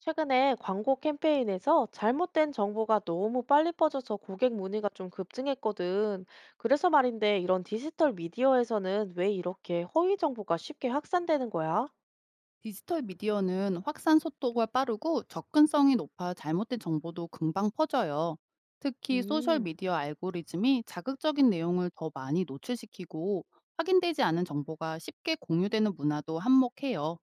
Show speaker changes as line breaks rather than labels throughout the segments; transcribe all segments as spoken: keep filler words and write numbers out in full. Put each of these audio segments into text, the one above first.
최근에 광고 캠페인에서 잘못된 정보가 너무 빨리 퍼져서 고객 문의가 좀 급증했거든. 그래서 말인데 이런 디지털 미디어에서는 왜 이렇게 허위 정보가 쉽게 확산되는 거야?
디지털 미디어는 확산 속도가 빠르고 접근성이 높아 잘못된 정보도 금방 퍼져요. 특히 소셜
음,
미디어 알고리즘이 자극적인 내용을 더 많이 노출시키고 확인되지 않은 정보가 쉽게 공유되는 문화도 한몫해요.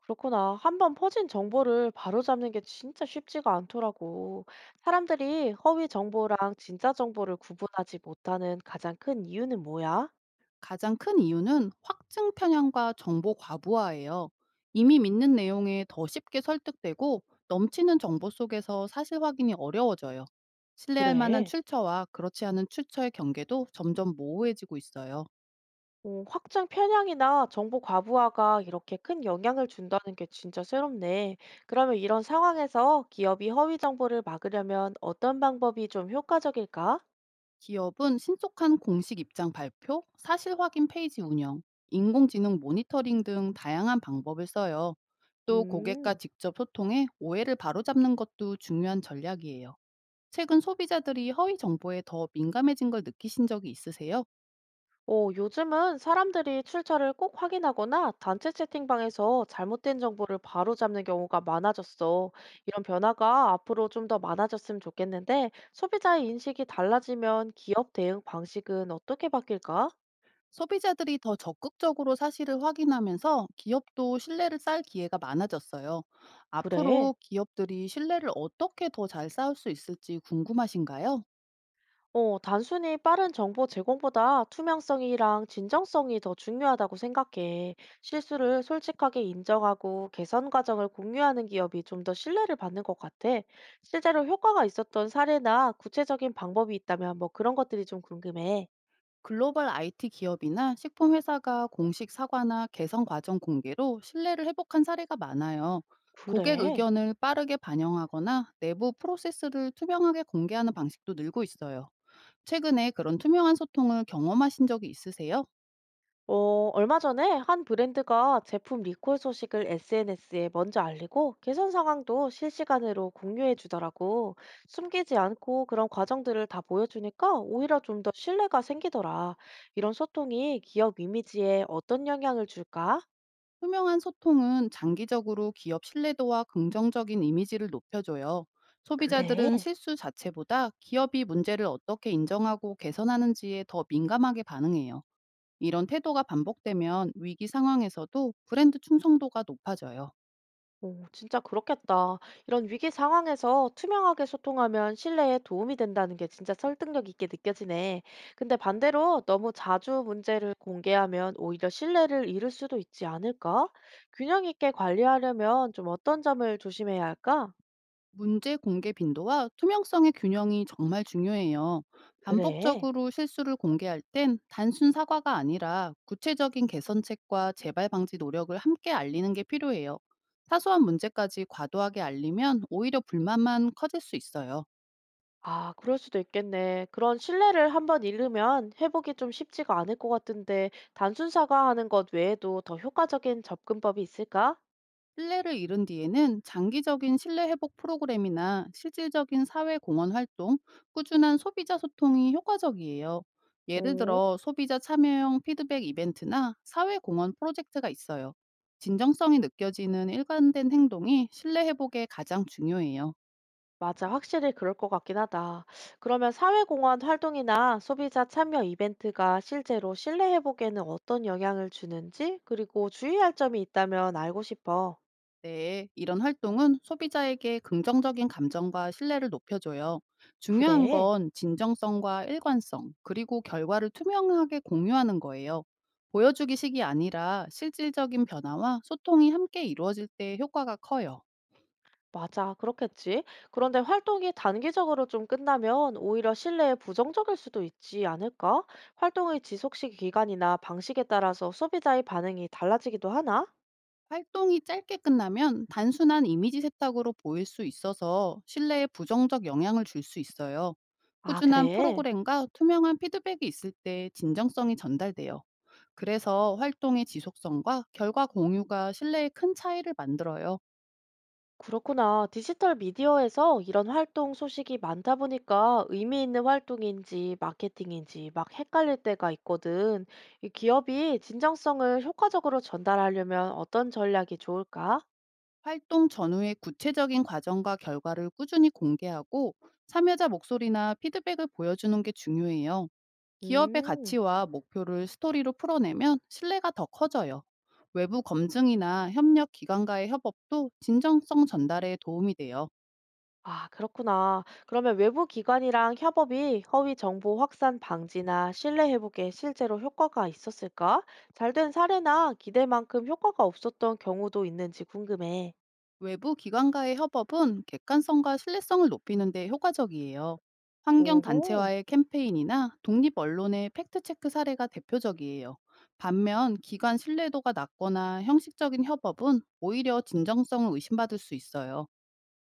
그렇구나. 한 번 퍼진 정보를 바로잡는 게 진짜 쉽지가 않더라고. 사람들이 허위 정보랑 진짜 정보를 구분하지 못하는 가장 큰 이유는 뭐야?
가장 큰 이유는 확증 편향과 정보 과부하예요. 이미 믿는 내용에 더 쉽게 설득되고 넘치는 정보 속에서 사실 확인이 어려워져요. 신뢰할 만한
그래.
출처와 그렇지 않은 출처의 경계도 점점 모호해지고 있어요.
오, 확장 편향이나 정보 과부하가 이렇게 큰 영향을 준다는 게 진짜 새롭네. 그러면 이런 상황에서 기업이 허위 정보를 막으려면 어떤 방법이 좀 효과적일까?
기업은 신속한 공식 입장 발표, 사실 확인 페이지 운영, 인공지능 모니터링 등 다양한 방법을 써요. 또 고객과
음,
직접 소통해 오해를 바로잡는 것도 중요한 전략이에요. 최근 소비자들이 허위 정보에 더 민감해진 걸 느끼신 적이 있으세요?
오 요즘은 사람들이 출처를 꼭 확인하거나 단체 채팅방에서 잘못된 정보를 바로잡는 경우가 많아졌어. 이런 변화가 앞으로 좀 더 많아졌으면 좋겠는데, 소비자의 인식이 달라지면 기업 대응 방식은 어떻게 바뀔까?
소비자들이 더 적극적으로 사실을 확인하면서 기업도 신뢰를 쌓을 기회가 많아졌어요.
그래.
앞으로 기업들이 신뢰를 어떻게 더 잘 쌓을 수 있을지 궁금하신가요?
어, 단순히 빠른 정보 제공보다 투명성이랑 진정성이 더 중요하다고 생각해. 실수를 솔직하게 인정하고 개선 과정을 공유하는 기업이 좀 더 신뢰를 받는 것 같아. 실제로 효과가 있었던 사례나 구체적인 방법이 있다면 뭐 그런 것들이 좀 궁금해.
글로벌 아이티 기업이나 식품 회사가 공식 사과나 개선 과정 공개로 신뢰를 회복한 사례가 많아요. 고객
그래.
의견을 빠르게 반영하거나 내부 프로세스를 투명하게 공개하는 방식도 늘고 있어요. 최근에 그런 투명한 소통을 경험하신 적이 있으세요?
어, 얼마 전에 한 브랜드가 제품 리콜 소식을 에스엔에스에 먼저 알리고 개선 상황도 실시간으로 공유해 주더라고. 숨기지 않고 그런 과정들을 다 보여주니까 오히려 좀 더 신뢰가 생기더라. 이런 소통이 기업 이미지에 어떤 영향을 줄까?
투명한 소통은 장기적으로 기업 신뢰도와 긍정적인 이미지를 높여줘요.
그래.
소비자들은 실수 자체보다 기업이 문제를 어떻게 인정하고 개선하는지에 더 민감하게 반응해요. 이런 태도가 반복되면 위기 상황에서도 브랜드 충성도가 높아져요.
오, 진짜 그렇겠다. 이런 위기 상황에서 투명하게 소통하면 신뢰에 도움이 된다는 게 진짜 설득력 있게 느껴지네. 근데 반대로 너무 자주 문제를 공개하면 오히려 신뢰를 잃을 수도 있지 않을까? 균형 있게 관리하려면 좀 어떤 점을 조심해야 할까?
문제 공개 빈도와 투명성의 균형이 정말 중요해요.
그래.
반복적으로 실수를 공개할 땐 단순 사과가 아니라 구체적인 개선책과 재발 방지 노력을 함께 알리는 게 필요해요. 사소한 문제까지 과도하게 알리면 오히려 불만만 커질 수 있어요.
아, 그럴 수도 있겠네. 그런 신뢰를 한번 잃으면 회복이 좀 쉽지가 않을 것 같은데, 단순 사과하는 것 외에도 더 효과적인 접근법이 있을까?
신뢰를 잃은 뒤에는 장기적인 신뢰 회복 프로그램이나 실질적인 사회 공헌 활동, 꾸준한 소비자 소통이 효과적이에요. 예를
오.
들어 소비자 참여형 피드백 이벤트나 사회 공헌 프로젝트가 있어요. 진정성이 느껴지는 일관된 행동이 신뢰 회복에 가장 중요해요.
맞아, 확실히 그럴 것 같긴 하다. 그러면 사회공헌 활동이나 소비자 참여 이벤트가 실제로 신뢰 회복에는 어떤 영향을 주는지, 그리고 주의할 점이 있다면 알고 싶어.
네, 이런 활동은 소비자에게 긍정적인 감정과 신뢰를 높여줘요. 중요한
그래,
건 진정성과 일관성, 그리고 결과를 투명하게 공유하는 거예요. 보여주기식이 아니라 실질적인 변화와 소통이 함께 이루어질 때 효과가 커요.
맞아, 그렇겠지. 그런데 활동이 단기적으로 좀 끝나면 오히려 신뢰에 부정적일 수도 있지 않을까? 활동의 지속시 기간이나 방식에 따라서 소비자의 반응이 달라지기도 하나?
활동이 짧게 끝나면 단순한 이미지 세탁으로 보일 수 있어서 신뢰에 부정적 영향을 줄 수 있어요.
아,
꾸준한
그래.
프로그램과 투명한 피드백이 있을 때 진정성이 전달돼요. 그래서 활동의 지속성과 결과 공유가 신뢰에 큰 차이를 만들어요.
그렇구나. 디지털 미디어에서 이런 활동 소식이 많다 보니까 의미 있는 활동인지 마케팅인지 막 헷갈릴 때가 있거든. 이 기업이 진정성을 효과적으로 전달하려면 어떤 전략이 좋을까?
활동 전후의 구체적인 과정과 결과를 꾸준히 공개하고 참여자 목소리나 피드백을 보여주는 게 중요해요. 기업의
음.
가치와 목표를 스토리로 풀어내면 신뢰가 더 커져요. 외부 검증이나 협력 기관과의 협업도 진정성 전달에 도움이 돼요.
아, 그렇구나. 그러면 외부 기관이랑 협업이 허위 정보 확산 방지나 신뢰 회복에 실제로 효과가 있었을까? 잘된 사례나 기대만큼 효과가 없었던 경우도 있는지 궁금해.
외부 기관과의 협업은 객관성과 신뢰성을 높이는 데 효과적이에요. 환경
오호.
단체와의 캠페인이나 독립 언론의 팩트 체크 사례가 대표적이에요. 반면 기관 신뢰도가 낮거나 형식적인 협업은 오히려 진정성을 의심받을 수 있어요.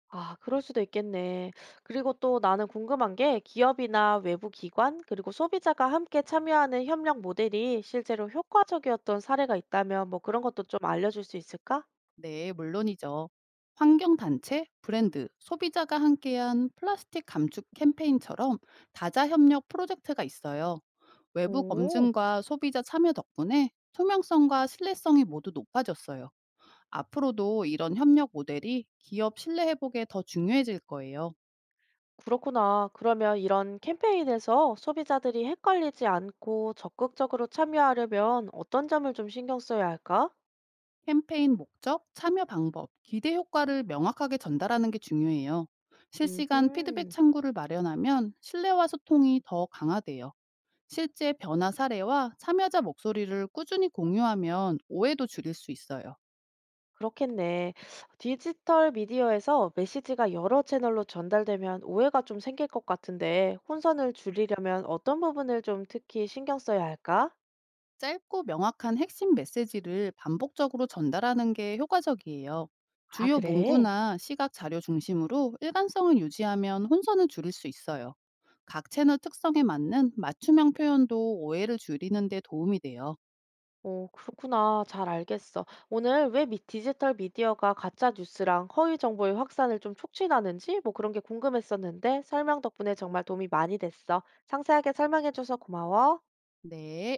아, 그럴 수도 있겠네. 그리고 또 나는 궁금한 게 기업이나 외부 기관, 그리고 소비자가 함께 참여하는 협력 모델이 실제로 효과적이었던 사례가 있다면 뭐 그런 것도 좀 알려줄 수 있을까?
네, 물론이죠. 환경단체, 브랜드, 소비자가 함께한 플라스틱 감축 캠페인처럼 다자협력 프로젝트가 있어요. 외부
오,
검증과 소비자 참여 덕분에 투명성과 신뢰성이 모두 높아졌어요. 앞으로도 이런 협력 모델이 기업 신뢰 회복에 더 중요해질 거예요.
그렇구나. 그러면 이런 캠페인에서 소비자들이 헷갈리지 않고 적극적으로 참여하려면 어떤 점을 좀 신경 써야 할까?
캠페인 목적, 참여 방법, 기대 효과를 명확하게 전달하는 게 중요해요. 실시간 피드백
음흠.
창구를 마련하면 신뢰와 소통이 더 강화돼요. 실제 변화 사례와 참여자 목소리를 꾸준히 공유하면 오해도 줄일 수 있어요.
그렇겠네. 디지털 미디어에서 메시지가 여러 채널로 전달되면 오해가 좀 생길 것 같은데, 혼선을 줄이려면 어떤 부분을 좀 특히 신경 써야 할까?
짧고 명확한 핵심 메시지를 반복적으로 전달하는 게 효과적이에요.
아,
주요
그래?
문구나 시각 자료 중심으로 일관성을 유지하면 혼선을 줄일 수 있어요. 각 채널 특성에 맞는 맞춤형 표현도 오해를 줄이는 데 도움이 돼요.
어, 그렇구나. 잘 알겠어. 오늘 왜 미- 디지털 미디어가 가짜 뉴스랑 허위 정보의 확산을 좀 촉진하는지 뭐 그런 게 궁금했었는데, 설명 덕분에 정말 도움이 많이 됐어. 상세하게 설명해줘서 고마워.
네.